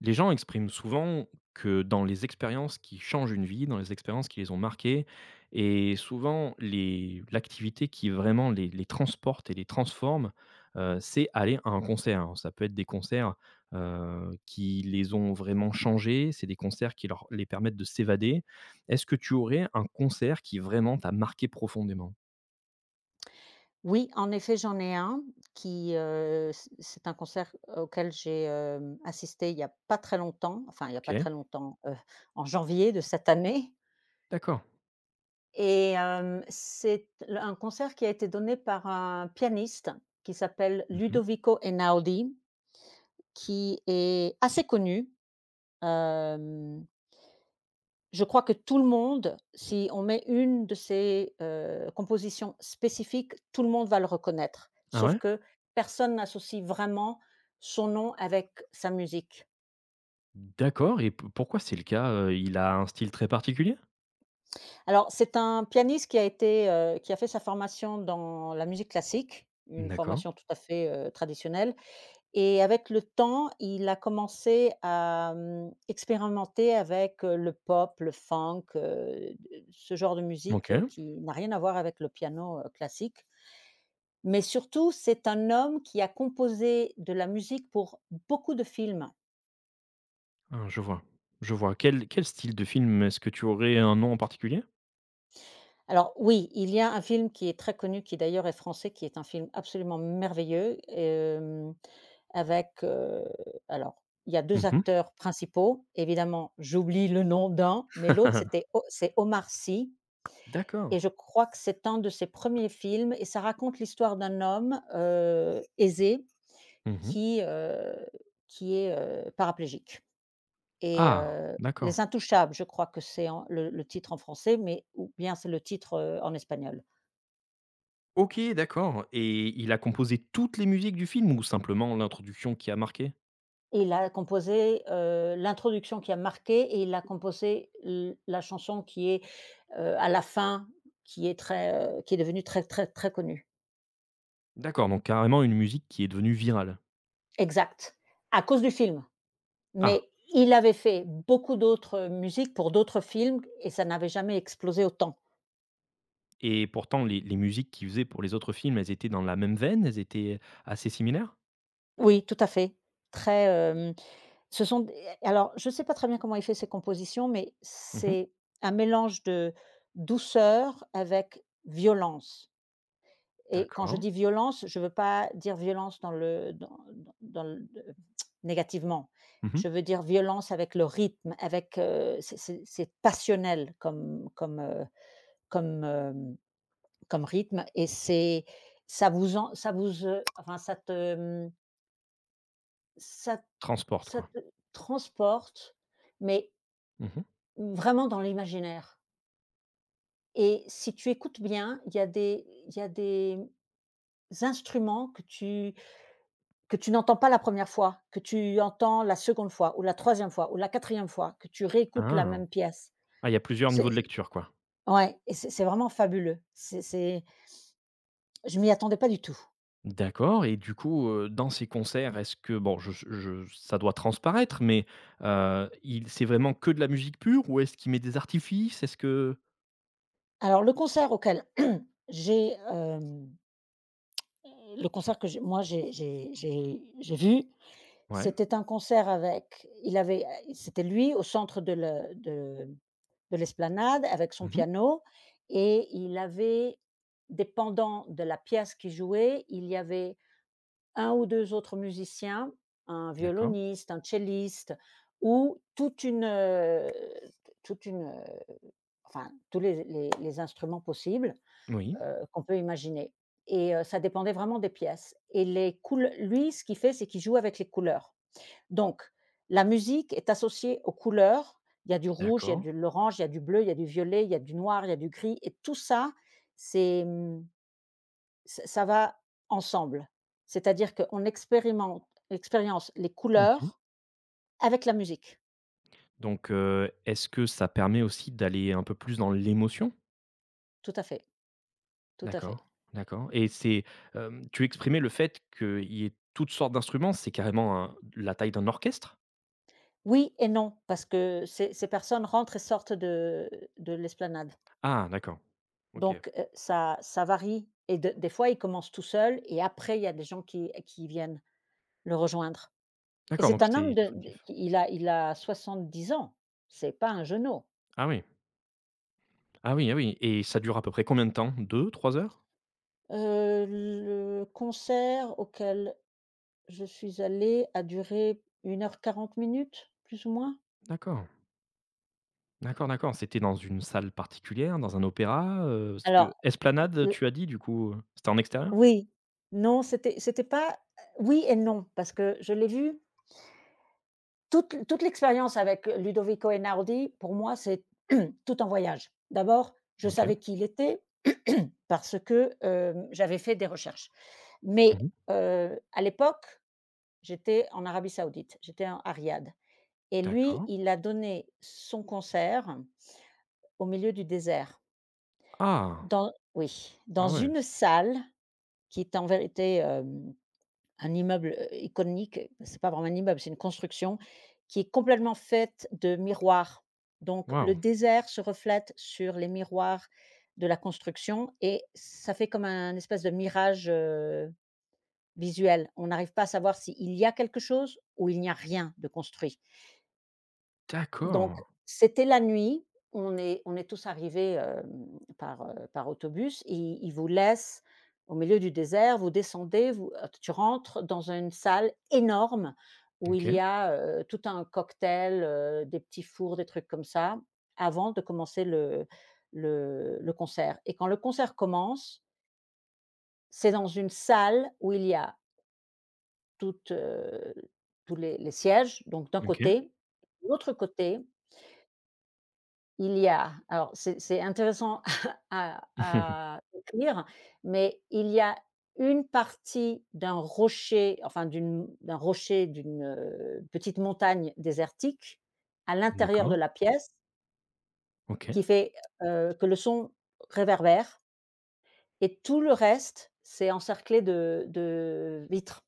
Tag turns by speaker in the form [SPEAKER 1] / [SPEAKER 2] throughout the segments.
[SPEAKER 1] Les gens expriment souvent que dans les expériences qui changent une vie, dans les expériences qui les ont marquées et souvent les l'activité qui vraiment les transporte et les transforme, c'est aller à un concert. Alors ça peut être des concerts, qui les ont vraiment changés, c'est des concerts qui leur les permettent de s'évader. Est-ce que tu aurais un concert qui vraiment t'a marqué profondément?
[SPEAKER 2] Oui, en effet, j'en ai un qui, c'est un concert auquel j'ai, assisté il y a pas très longtemps, enfin il y a pas
[SPEAKER 1] OK,
[SPEAKER 2] très longtemps, en janvier de cette année.
[SPEAKER 1] d'accord.
[SPEAKER 2] Et c'est l un concert qui a été donné par un pianiste qui s'appelle
[SPEAKER 1] Mmh.
[SPEAKER 2] Ludovico Einaudi, qui est assez connu. Hem Je crois que tout le monde, si on met une de ses, compositions spécifiques, tout le monde va le reconnaître.
[SPEAKER 1] Ah
[SPEAKER 2] Sauf
[SPEAKER 1] ouais?
[SPEAKER 2] que personne n'associe vraiment son nom avec sa musique.
[SPEAKER 1] D'accord, et pourquoi c'est le cas? Heu, il a un style très particulier?
[SPEAKER 2] Alors c'est un pianiste qui a fait sa formation dans la musique classique, une
[SPEAKER 1] D'accord.
[SPEAKER 2] formation tout à fait, traditionnelle, et avec le temps, il a commencé à, expérimenter avec, le pop, le funk, ce genre de musique,
[SPEAKER 1] OK.
[SPEAKER 2] qui n'a rien à voir avec le piano, classique. Mais surtout, c'est un homme qui a composé de la musique pour beaucoup de films.
[SPEAKER 1] Ah, je vois, je vois. Quel style de film? Est-ce que tu aurais un nom en particulier?
[SPEAKER 2] Alors oui, il y a un film qui est très connu, qui d'ailleurs est français, qui est un film absolument merveilleux, avec, alors il y a deux
[SPEAKER 1] Mmh.
[SPEAKER 2] acteurs principaux. Évidemment, j'oublie le nom d'un, mais l'autre c'est Omar Sy, et
[SPEAKER 1] D'accord.
[SPEAKER 2] je crois que c'est un de ses premiers films, et ça raconte l'histoire d'un homme, aisé
[SPEAKER 1] Mmh.
[SPEAKER 2] qui, heu, qui est paraplégique. Et
[SPEAKER 1] Ah, d'accord.
[SPEAKER 2] Les Intouchables, je crois que c'est en le titre en français, mais ou bien c'est le titre, en espagnol.
[SPEAKER 1] OK, d'accord, et il a composé toutes les musiques du film ou simplement l'introduction qui a marqué?
[SPEAKER 2] Et il a composé, l'introduction qui a marqué, et il a composé l la chanson qui est, à la fin, qui est devenue très, très, très connue.
[SPEAKER 1] D'accord, donc carrément une musique qui est devenue virale.
[SPEAKER 2] Exact, à cause du film.
[SPEAKER 1] Ah,
[SPEAKER 2] Mais il avait fait beaucoup d'autres, musiques pour d'autres films et ça n'avait jamais explosé autant.
[SPEAKER 1] et pourtant les musiques qu'il faisait pour les autres films, elles étaient dans la même veine? Elles étaient assez similaires?
[SPEAKER 2] Oui, tout à fait. Très, Ce sont des alors je ne sais pas très bien comment il fait ses compositions, mais
[SPEAKER 1] Mmh.
[SPEAKER 2] c'est un mélange de douceur avec violence, et quand je
[SPEAKER 1] D'accord.
[SPEAKER 2] dis violence, je ne veux pas dire violence dans le dans dans dans le négativement.
[SPEAKER 1] Mmh.
[SPEAKER 2] Je veux dire violence avec le rythme, avec, c'est passionnel comme, hem, comme rythme, et c'est ça vous en ça vous, enfin ça te, mmh, ça
[SPEAKER 1] Transporte,
[SPEAKER 2] ça
[SPEAKER 1] quoi.
[SPEAKER 2] te transporte, mais
[SPEAKER 1] Mmh.
[SPEAKER 2] vraiment dans l'imaginaire. Et si tu écoutes bien, il y a des il y a des instruments que tu n'entends pas la première fois, que tu entends la seconde fois ou la troisième fois ou la quatrième fois, que tu réécoutes la
[SPEAKER 1] Ah.
[SPEAKER 2] même pièce.
[SPEAKER 1] Ah, il y a plusieurs
[SPEAKER 2] C'est
[SPEAKER 1] niveaux de lecture, quoi.
[SPEAKER 2] Ouais, et c'est vraiment fabuleux. C'est Je m'y attendais pas du tout.
[SPEAKER 1] D'accord, et du coup, dans ces concerts, est-ce que, bon, je ça doit transparaître, mais, il c'est vraiment que de la musique pure, ou est-ce qu'il met des artifices? Est-ce que
[SPEAKER 2] Alors le concert auquel j'ai, hem, le concert que j'ai moi j'ai vu,
[SPEAKER 1] ouais.
[SPEAKER 2] c'était un concert avec il avait c'était lui au centre de le de l'esplanade avec son
[SPEAKER 1] Mmh.
[SPEAKER 2] piano, et dépendant de la pièce qu'il jouait, il y avait un ou 2 autres musiciens, un
[SPEAKER 1] D'accord.
[SPEAKER 2] violoniste, un celliste, ou toute une, heu, enfin tous les instruments possibles,
[SPEAKER 1] Oui,
[SPEAKER 2] qu'on peut imaginer. Et ça dépendait vraiment des pièces, et les coule lui, ce qu'il fait, c'est qu'il joue avec les couleurs. Donc, la musique est associée aux couleurs. Il y a du rouge, il y a
[SPEAKER 1] d'accord.
[SPEAKER 2] de l'orange, il y a du bleu, il y a du violet, il y a du noir, il y a du gris, et tout ça, c'est, ç ça va ensemble. C'est-à-dire qu'on expérimente expérience les
[SPEAKER 1] Mmh.
[SPEAKER 2] couleurs avec la musique.
[SPEAKER 1] Donc, est-ce que ça permet aussi d'aller un peu plus dans l'émotion?
[SPEAKER 2] Tout à fait, tout à
[SPEAKER 1] D'accord,
[SPEAKER 2] fait.
[SPEAKER 1] d'accord, et c'est, tu exprimais le fait qu'il y ait toutes sortes d'instruments, c'est carrément un la taille d'un orchestre?
[SPEAKER 2] Oui et non, parce que ces personnes rentrent et sortent de l'esplanade.
[SPEAKER 1] Ah, d'accord, OK.
[SPEAKER 2] Donc, ça varie, et de des fois, ils commencent tout seuls, et après, il y a des gens qui viennent le rejoindre. Et
[SPEAKER 1] D'accord,
[SPEAKER 2] c'est
[SPEAKER 1] donc
[SPEAKER 2] un homme
[SPEAKER 1] c'est,
[SPEAKER 2] de il a 70 ans, c'est pas un jeuneau.
[SPEAKER 1] ah oui. Ah oui, ah oui, et ça dure à peu près combien de temps? Deux, trois heures?
[SPEAKER 2] Le concert auquel je suis allée a duré une heure 40 minutes, plus ou moins.
[SPEAKER 1] D'accord, d'accord, d'accord. C'était dans une salle particulière, dans un opéra, parce
[SPEAKER 2] Alors,
[SPEAKER 1] que esplanade,
[SPEAKER 2] heu
[SPEAKER 1] tu as dit, du coup, c'était en extérieur?
[SPEAKER 2] oui, non, c'était c'était pas oui et non, parce que je l'ai vu toute l'expérience avec Ludovico Einaudi. Pour moi, c'est tout un voyage. D'abord, je
[SPEAKER 1] OK.
[SPEAKER 2] savais qui il était, parce que, j'avais fait des recherches. Mais,
[SPEAKER 1] Mmh.
[SPEAKER 2] à l'époque, j'étais en Arabie Saoudite, j'étais en à Riyad, et lui,
[SPEAKER 1] D'accord.
[SPEAKER 2] il a donné son concert au milieu du désert.
[SPEAKER 1] Ah!
[SPEAKER 2] Dans Oui, dans
[SPEAKER 1] Ah ouais,
[SPEAKER 2] une salle qui est en vérité, un immeuble, iconique. C'est pas vraiment un immeuble, c'est une construction qui est complètement faite de miroirs. Donc le
[SPEAKER 1] waouh!
[SPEAKER 2] désert se reflète sur les miroirs de la construction, et ça fait comme un espèce de mirage, visuel. On n'arrive pas à savoir s'il y a quelque chose ou il n'y a rien de construit. Donc
[SPEAKER 1] D'accord.
[SPEAKER 2] c'était la nuit, on est tous arrivés, par, par autobus. Ils vous laissent au milieu du désert, vous descendez, vous tu rentres dans une salle énorme où il y
[SPEAKER 1] OK,
[SPEAKER 2] a, tout un cocktail, des petits fours, des trucs comme ça, avant de commencer le concert. Et quand le concert commence, c'est dans une salle où il y a toutes, heu, tous les sièges, donc d'un
[SPEAKER 1] OK.
[SPEAKER 2] côté, de l'autre côté. Il y a, alors c'est intéressant à décrire, mais il y a une partie d'un rocher, enfin d'un rocher, d'une, petite montagne désertique à l'intérieur
[SPEAKER 1] D'accord.
[SPEAKER 2] de la pièce,
[SPEAKER 1] OK.
[SPEAKER 2] qui fait, que le son réverbère, et tout le reste, c'est encerclé de vitres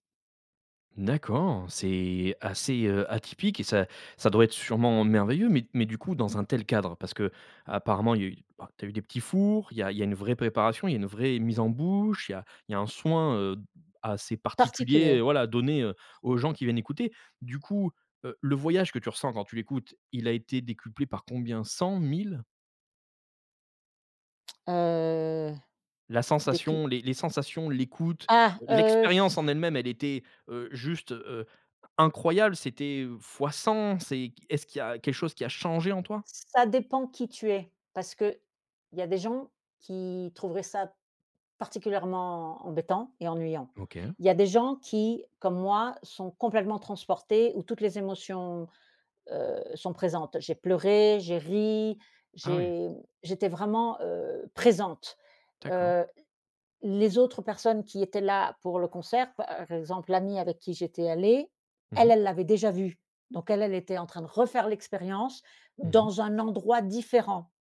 [SPEAKER 1] D'accord, c'est assez, atypique et ça doit être sûrement merveilleux, mais du coup, dans un tel cadre, parce que apparemment, tu as eu des petits fours, il y a une vraie préparation, il y a une vraie mise en bouche, il y a un soin, assez particulier,
[SPEAKER 2] particulières.
[SPEAKER 1] voilà, donné, aux gens qui viennent écouter. Du coup, le voyage que tu ressens quand tu l'écoutes, il a été décuplé par combien? Cent, mille.
[SPEAKER 2] heu,
[SPEAKER 1] La
[SPEAKER 2] des cu
[SPEAKER 1] sensation, les sensations, l'écoute,
[SPEAKER 2] ah, heu
[SPEAKER 1] l'expérience en elle-même, elle était, juste, incroyable. C'était, fois 100. C'est Est-ce qu'il y a quelque chose qui a changé en toi?
[SPEAKER 2] Ça dépend qui tu es, parce que il y a des gens qui trouveraient ça particulièrement embêtant et ennuyant.
[SPEAKER 1] OK.
[SPEAKER 2] Il y a des gens qui, comme moi, sont complètement transportés, où toutes les émotions, sont présentes. J'ai pleuré, j'ai ri,
[SPEAKER 1] Ah oui,
[SPEAKER 2] j'ai j'étais vraiment, présente.
[SPEAKER 1] d'accord.
[SPEAKER 2] Heu, les autres personnes qui étaient là pour le concert, par exemple, l'amie avec qui j'étais allée,
[SPEAKER 1] Mmh
[SPEAKER 2] elle,
[SPEAKER 1] mh.
[SPEAKER 2] elle l'avait déjà vu. Donc elle, elle était en train de refaire l'expérience
[SPEAKER 1] Mmh.
[SPEAKER 2] dans un endroit différent.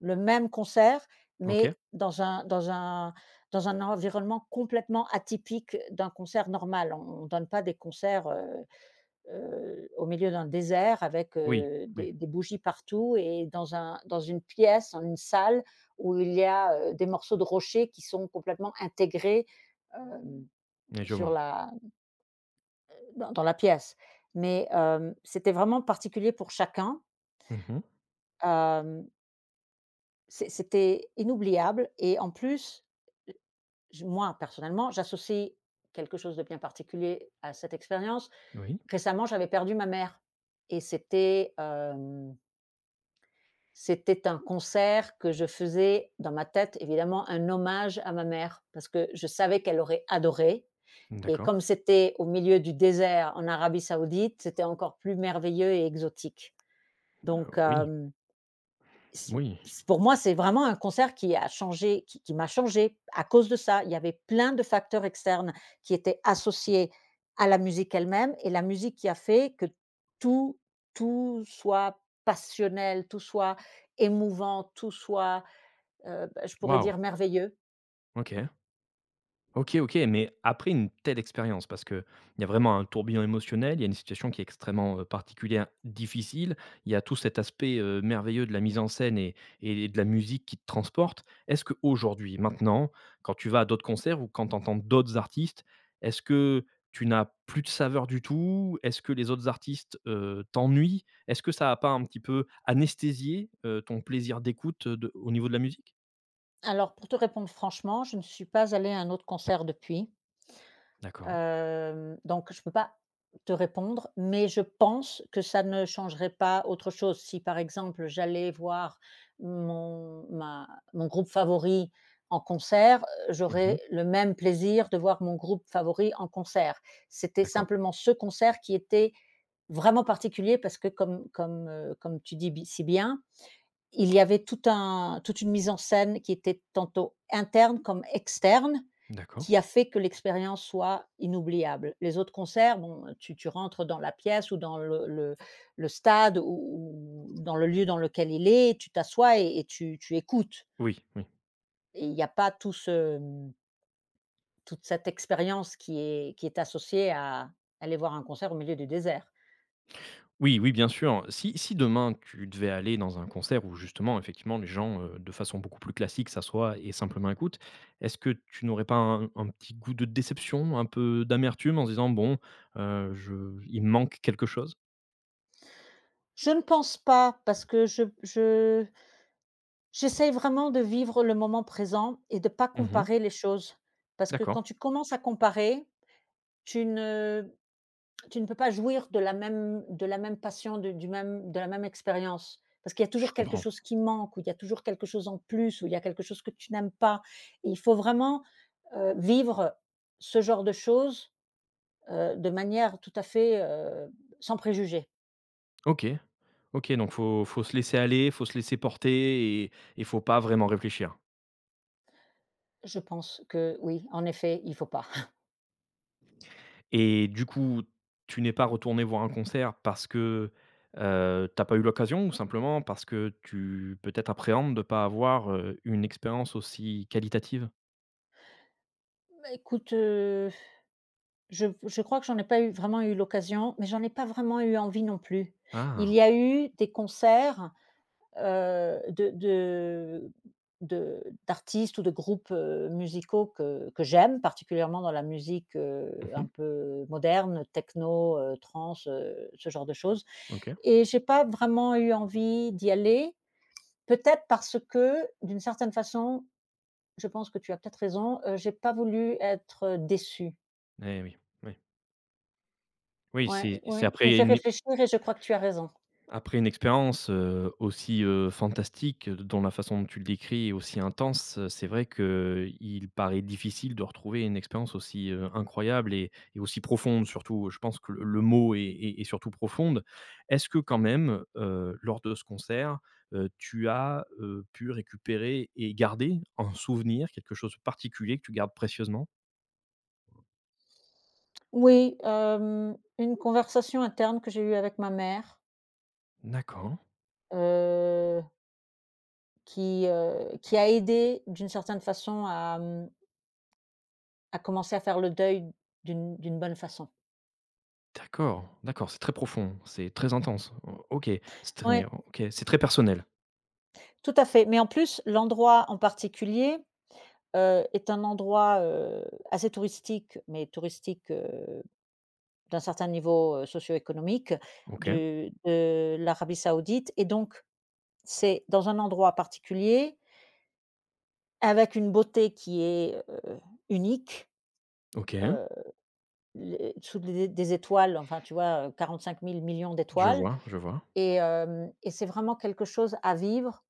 [SPEAKER 2] Le même concert,
[SPEAKER 1] OK.
[SPEAKER 2] mais dans un environnement complètement atypique d'un concert normal. On donne pas des concerts, au milieu d'un désert avec,
[SPEAKER 1] Oui, oui.
[SPEAKER 2] des bougies partout, et dans une pièce, dans une salle où il y a, des morceaux de rochers qui sont complètement intégrés, hem,
[SPEAKER 1] Oui, je
[SPEAKER 2] sur
[SPEAKER 1] vois.
[SPEAKER 2] la dans dans la pièce. Mais, c'était vraiment particulier pour chacun.
[SPEAKER 1] Mmh.
[SPEAKER 2] Hem, c'était inoubliable, et en plus, J moi, personnellement, j'associe quelque chose de bien particulier à cette expérience.
[SPEAKER 1] Oui.
[SPEAKER 2] Récemment, j'avais perdu ma mère, et c'était un concert que je faisais dans ma tête, évidemment, un hommage à ma mère, parce que je savais qu'elle aurait adoré. Et
[SPEAKER 1] D'accord.
[SPEAKER 2] comme c'était au milieu du désert en Arabie Saoudite, c'était encore plus merveilleux et exotique. Donc
[SPEAKER 1] Oui,
[SPEAKER 2] hem C c
[SPEAKER 1] oui.
[SPEAKER 2] pour moi, c'est vraiment un concert qui a changé, qui m'a changée à cause de ça. Il y avait plein de facteurs externes qui étaient associés à la musique elle-même, et la musique qui a fait que tout, tout soit passionnel, tout soit émouvant, tout soit, bah, je pourrais
[SPEAKER 1] Waouh!
[SPEAKER 2] dire merveilleux.
[SPEAKER 1] OK. OK, OK, mais après une telle expérience, parce qu'il y a vraiment un tourbillon émotionnel, il y a une situation qui est extrêmement, particulière, difficile, il y a tout cet aspect, merveilleux de la mise en scène et de la musique qui te transporte. Est-ce que aujourd'hui, maintenant, quand tu vas à d'autres concerts ou quand tu entends d'autres artistes, est-ce que tu n'as plus de saveur du tout? Est-ce que les autres artistes, t'ennuient? Est-ce que ça n'a pas un petit peu anesthésié, ton plaisir d'écoute, de au niveau de la musique?
[SPEAKER 2] Alors pour te répondre franchement, je ne suis pas allée à un autre concert depuis.
[SPEAKER 1] D'accord.
[SPEAKER 2] Donc je ne peux pas te répondre, mais je pense que ça ne changerait pas autre chose. Si, par exemple, j'allais voir mon ma mon groupe favori en concert,
[SPEAKER 1] Mmh.
[SPEAKER 2] j'aurais le même plaisir de voir mon groupe favori en concert. C'était
[SPEAKER 1] D'accord.
[SPEAKER 2] simplement ce concert qui était vraiment particulier, parce que comme tu dis bi si bien, il y avait toute une mise en scène qui était tantôt interne comme externe,
[SPEAKER 1] D'accord.
[SPEAKER 2] qui a fait que l'expérience soit inoubliable. Les autres concerts, bon, tu tu rentres dans la pièce ou dans le stade, ou dans le lieu dans lequel il est, tu t'assois, et tu écoutes,
[SPEAKER 1] Oui, oui.
[SPEAKER 2] et il n'y a pas toute cette expérience qui est associée à aller voir un concert au milieu du désert.
[SPEAKER 1] Oui, oui, bien sûr. Si demain tu devais aller dans un concert où justement effectivement les gens, de façon beaucoup plus classique s'assoient et simplement écoutent, est-ce que tu n'aurais pas un petit goût de déception, un peu d'amertume en se disant: «Bon, je il me manque quelque chose»?
[SPEAKER 2] Je ne pense pas, parce que je j'essaye vraiment de vivre le moment présent et de pas
[SPEAKER 1] Mmh.
[SPEAKER 2] comparer les choses. Parce que
[SPEAKER 1] D'accord,
[SPEAKER 2] quand tu commences à comparer, tu ne tu ne peux pas jouir de la même passion, de la même expérience. Parce qu'il y a
[SPEAKER 1] je
[SPEAKER 2] toujours quelque
[SPEAKER 1] comprends.
[SPEAKER 2] chose qui manque, ou il y a toujours quelque chose en plus, ou il y a quelque chose que tu n'aimes pas. Et il faut vraiment, vivre ce genre de choses, de manière tout à fait, sans préjugés.
[SPEAKER 1] OK, OK, donc faut se laisser aller, faut se laisser porter, et il faut pas vraiment réfléchir.
[SPEAKER 2] Je pense que oui, en effet, il faut pas.
[SPEAKER 1] Et du coup, tu n'es pas retourné voir un concert parce que, tu pas eu l'occasion, ou simplement parce que tu peut-être appréhendes de pas avoir, une expérience aussi qualitative?
[SPEAKER 2] Bah, écoute, je crois que j'en ai pas eu vraiment eu l'occasion, mais j'en ai pas vraiment eu envie non plus. Il
[SPEAKER 1] Ah!
[SPEAKER 2] y a eu des concerts, heu, de de de d'artistes ou de groupes, musicaux que j'aime, particulièrement dans la musique, un
[SPEAKER 1] Mmh.
[SPEAKER 2] peu moderne, techno, trance, ce genre de choses,
[SPEAKER 1] OK.
[SPEAKER 2] et j'ai pas vraiment eu envie d'y aller. Peut-être parce que d'une certaine façon, je pense que tu as peut-être raison, j'ai pas voulu être déçue.
[SPEAKER 1] Eh oui, oui. Oui,
[SPEAKER 2] Ouais,
[SPEAKER 1] c'est
[SPEAKER 2] oui, tu me
[SPEAKER 1] après
[SPEAKER 2] fais
[SPEAKER 1] une.
[SPEAKER 2] réfléchir et je crois que tu as raison.
[SPEAKER 1] Après une expérience, aussi, fantastique, dont la façon dont tu le décris est aussi intense, c'est vrai qu'il paraît difficile de retrouver une expérience aussi, incroyable et aussi profonde surtout. Je pense que le mot est surtout profonde. Est-ce que quand même, lors de ce concert, tu as, pu récupérer et garder un souvenir, quelque chose de particulier que tu gardes précieusement?
[SPEAKER 2] Oui, une conversation interne que j'ai eue avec ma mère,
[SPEAKER 1] D'accord,
[SPEAKER 2] heu, qui a aidé d'une certaine façon à, à commencer à faire le deuil d'une bonne façon.
[SPEAKER 1] d'accord, d'accord, c'est très profond, c'est très intense. O OK, c'est
[SPEAKER 2] Oui,
[SPEAKER 1] très. OK, c'est très personnel.
[SPEAKER 2] tout à fait, mais en plus, l'endroit en particulier, est un endroit, assez touristique, mais touristique, d'un certain niveau, socio-économique
[SPEAKER 1] OK.
[SPEAKER 2] de l'Arabie Saoudite, et donc c'est dans un endroit particulier avec une beauté qui est, unique,
[SPEAKER 1] OK,
[SPEAKER 2] heu, les sous des étoiles, enfin, tu vois, 45 000 000 000
[SPEAKER 1] je
[SPEAKER 2] d'étoiles.
[SPEAKER 1] vois, je vois.
[SPEAKER 2] Et c'est vraiment quelque chose à vivre,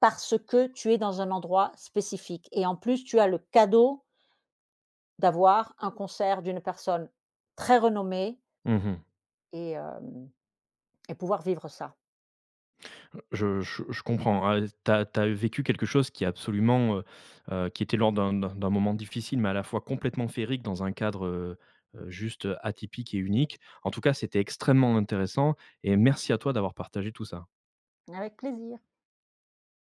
[SPEAKER 2] parce que tu es dans un endroit spécifique, et en plus, tu as le cadeau d'avoir un concert d'une personne très renommée,
[SPEAKER 1] Mmh.
[SPEAKER 2] et hem et pouvoir vivre ça.
[SPEAKER 1] Je comprends. Ah, tu as vécu quelque chose qui est absolument, qui était lors d'un moment difficile, mais à la fois complètement féerique dans un cadre, juste atypique et unique. En tout cas, c'était extrêmement intéressant et merci à toi d'avoir partagé tout ça.
[SPEAKER 2] Avec plaisir.